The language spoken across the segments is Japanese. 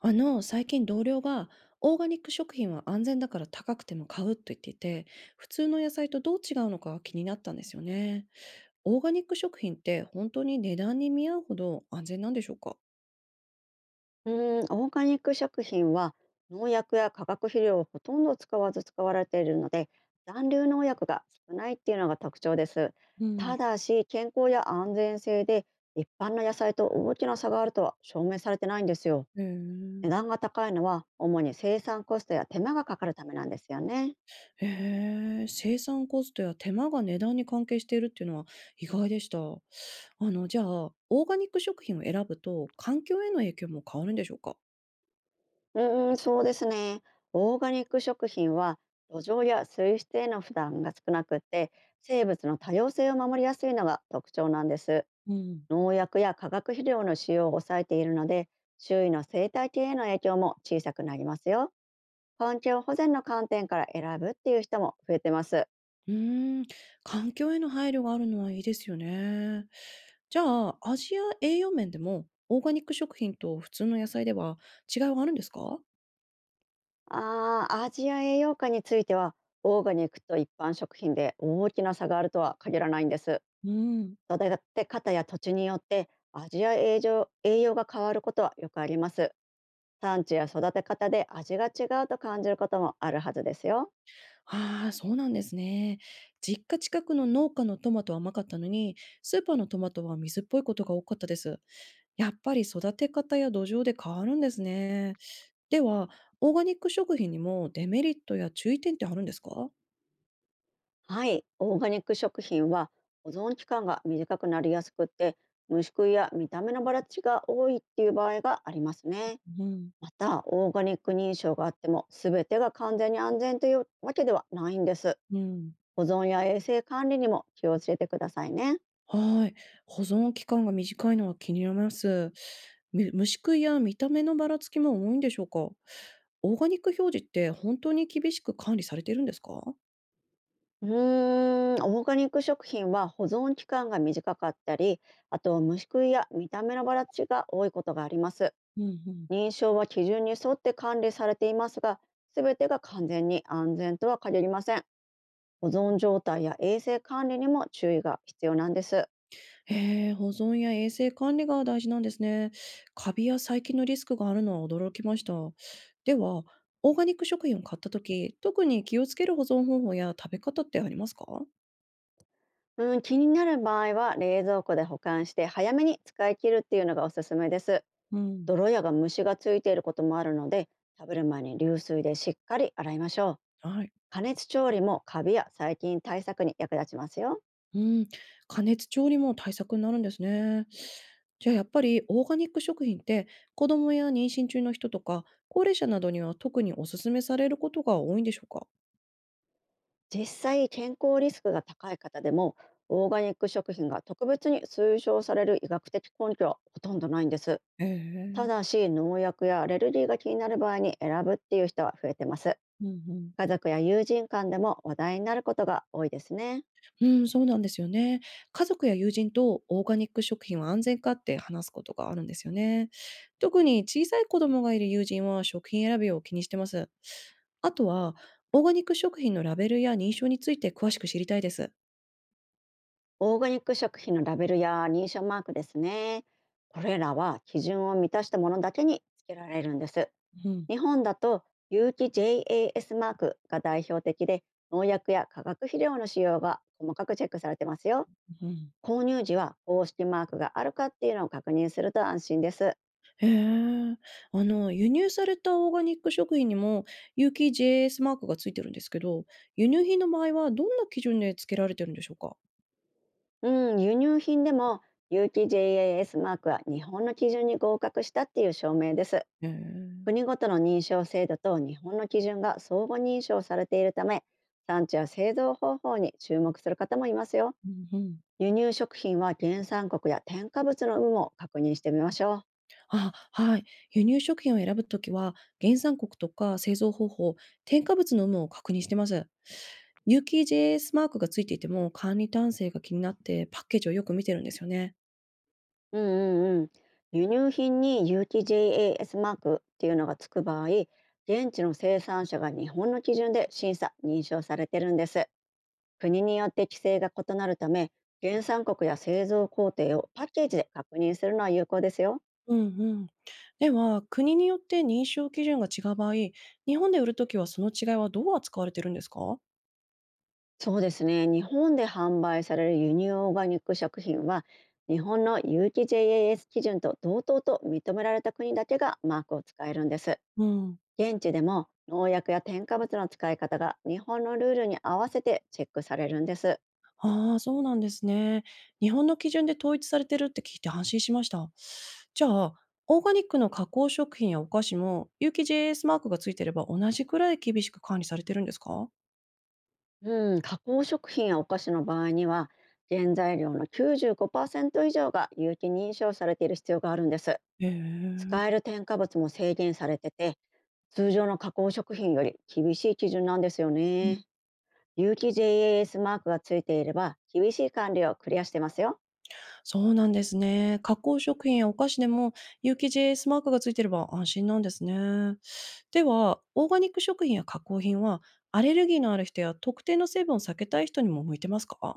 最近同僚が、オーガニック食品は安全だから高くても買うと言っていて、普通の野菜とどう違うのかが気になったんですよね。オーガニック食品って本当に値段に見合うほど安全なんでしょうか？うーん、オーガニック食品は農薬や化学肥料をほとんど使わず使われているので残留農薬が少ないっていうのが特徴です。うたん、だし健康や安全性で一般の野菜と大きな差があるとは証明されてないんですよ。へ値え。段が高いのは主に生産コストや手間がかかるためなんですよね。へえ、生産コストや手間が値段に関係しているっていうのは意外でした。じゃあ、オーガニック食品を選ぶと環境への影響も変わるんでしょうか？うーん、そうですね。オーガニック食品は土壌や水質への負担が少なくって生物の多様性を守りやすいのが特徴なんです。うん。農薬や化学肥料の使用を抑えているので周囲の生態系への影響も小さくなりますよ。環境保全の観点から選ぶっていう人も増えてます。うーん、環境への配慮があるのはいいですよね。じゃあ、味や栄養面でも、オーガニック食品と普通の野菜では違いはあるんですか？味や栄養価についてはオーガニックと一般食品で大きな差があるとは限らないんです。うん、育て方や土地によって味や栄養が変わることはよくあります。産地や育て方で味が違うと感じることもあるはずですよ。ああ、そうなんですね。実家近くの農家のトマトは甘かったのに、スーパーのトマトは水っぽいことが多かったです。やっぱり育て方や土壌で変わるんですね。では、オーガニック食品にもデメリットや注意点ってあるんですか？はい、オーガニック食品は保存期間が短くなりやすくって虫食いや見た目のばらつきが多いっていう場合がありますね。うん、またオーガニック認証があっても全てが完全に安全というわけではないんです。うん。保存や衛生管理にも気をつけてくださいね。はい。保存期間が短いのは気になります。虫食いや見た目のばらつきも多いんでしょうか？オーガニック表示って本当に厳しく管理されてるんですか？うーん、オーガニック食品は保存期間が短かったり、あと虫食いや見た目のばらつきが多いことがあります。うんうん。認証は基準に沿って管理されていますが、すべてが完全に安全とは限りません。保存状態や衛生管理にも注意が必要なんです。へえ、保存や衛生管理が大事なんですね。カビや細菌のリスクがあるのは驚きました。では、オーガニック食品を買ったとき、特に気をつける保存方法や食べ方ってありますか？うん、気になる場合は冷蔵庫で保管して早めに使い切るっていうのがおすすめです。うん、泥や虫がついていることもあるので、食べる前に流水でしっかり洗いましょう。はい。加熱調理もカビや細菌対策に役立ちますよ。うん、加熱調理も対策になるんですね。じゃあやっぱりオーガニック食品って子供や妊娠中の人とか高齢者などには特におすすめされることが多いんでしょうか？実際健康リスクが高い方でもオーガニック食品が特別に推奨される医学的根拠はほとんどないんです。へえ。ただし農薬やアレルギーが気になる場合に選ぶっていう人は増えてます。うんうん。家族や友人間でも話題になることが多いですね。うん、そうなんですよね。家族や友人とオーガニック食品は安全かって話すことがあるんですよね。特に小さい子供がいる友人は食品選びを気にしてます。あとは、オーガニック食品のラベルや認証について詳しく知りたいです。オーガニック食品のラベルや認証マークですね。これらは基準を満たしたものだけにつけられるんです。うん日本だと有機 JAS マークが代表的で、農薬や化学肥料の使用が細かくチェックされてますよ。うん。購入時は公式マークがあるかっていうのを確認すると安心です。へえ。輸入されたオーガニック食品にも有機 JS マークがついてるんですけど、輸入品の場合はどんな基準で付けられてるんでしょうか？うん、輸入品でも有機 JAS マークは日本の基準に合格したっていう証明です。へえ。う国ごとの認証制度と日本の基準が相互認証されているため、産地や製造方法に注目する方もいますよ。んうん。輸入食品は原産国や添加物の有無も確認してみましょう。あ、はい。輸入食品を選ぶときは、原産国とか製造方法、添加物の有無を確認してます。有機 JS マークがついていても管理体制が気になってパッケージをよく見てるんですよね。うんうんうん。輸入品に有機 JAS マークっていうのがつく場合、現地の生産者が日本の基準で審査・認証されてるんです。国によって規制が異なるため、原産国や製造工程をパッケージで確認するのは有効ですよ。うんうん。では、国によって認証基準が違う場合、日本で売るときはその違いはどう扱われてるんですか？そうですね。日本で販売される輸入オーガニック食品は、日本の有機 JAS 基準と同等と認められた国だけがマークを使えるんです。うん。現地でも農薬や添加物の使い方が日本のルールに合わせてチェックされるんです。ああ、そうなんですね。日本の基準で統一されてるって聞いて安心しました。じゃあ、オーガニックの加工食品やお菓子も、有機 j s マークがついてれば同じくらい厳しく管理されてるんですか？うん、加工食品やお菓子の場合には、原材料の95%以上が有機認証されている必要があるんです。へえ、う使える添加物も制限されてて、通常の加工食品より厳しい基準なんですよん、ね。有機 JAS マークがついていれば厳しい管理をクリアしてますよ。そうなんですね。加工食品やお菓子でも有機 j s マークがついてれば安心なんですね。では、オーガニック食品や加工品は、アレルギーのある人や特定の成分を避けたい人にも向いてますか？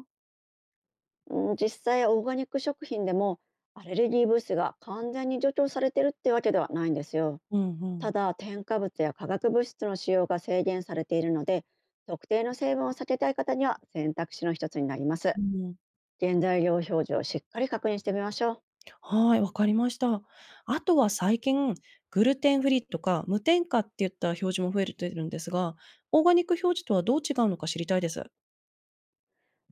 うん、実際オーガニック食品でもアレルギー物質が完全に除去されてるってわけではないんですよ。うんうたん。だ添加物や化学物質の使用が制限されているので、特定の成分を避けたい方には選択肢の一つになります。うん、原材料表示をしっかり確認してみましょう。はい、わかりました。あとは最近、グルテンフリーとか無添加っていった表示も増えてるんですが、オーガニック表示とはどう違うのか知りたいです。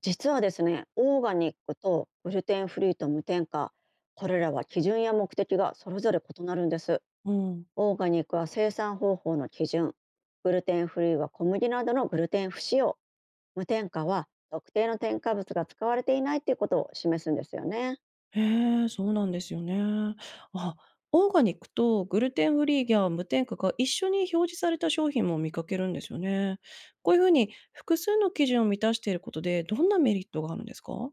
実はですね、オーガニックとグルテンフリーと無添加、これらは基準や目的がそれぞれ異なるんです。うん。オーガニックは生産方法の基準、グルテンフリーは小麦などのグルテン不使用、無添加は特定の添加物が使われていないということを示すんですよね。へえ、そうなんですよね。あ、オーガニックとグルテンフリーや無添加が一緒に表示された商品も見かけるんですよね。こういうふうに複数の基準を満たしていることで、どんなメリットがあるんですか？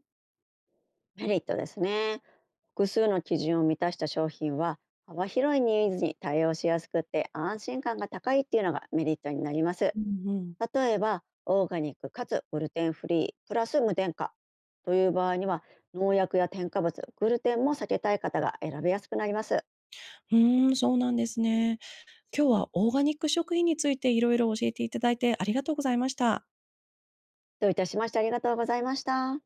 メリットですね。複数の基準を満たした商品は、幅広いニーズに対応しやすくて安心感が高いっていうのがメリットになります。うんうん。例えばオーガニックかつグルテンフリープラス無添加という場合には、農薬や添加物、グルテンも避けたい方が選びやすくなります。うーん、そうなんですね。今日はオーガニック食品についていろいろ教えていただいてありがとうございました。どういたしまして。ありがとうございました。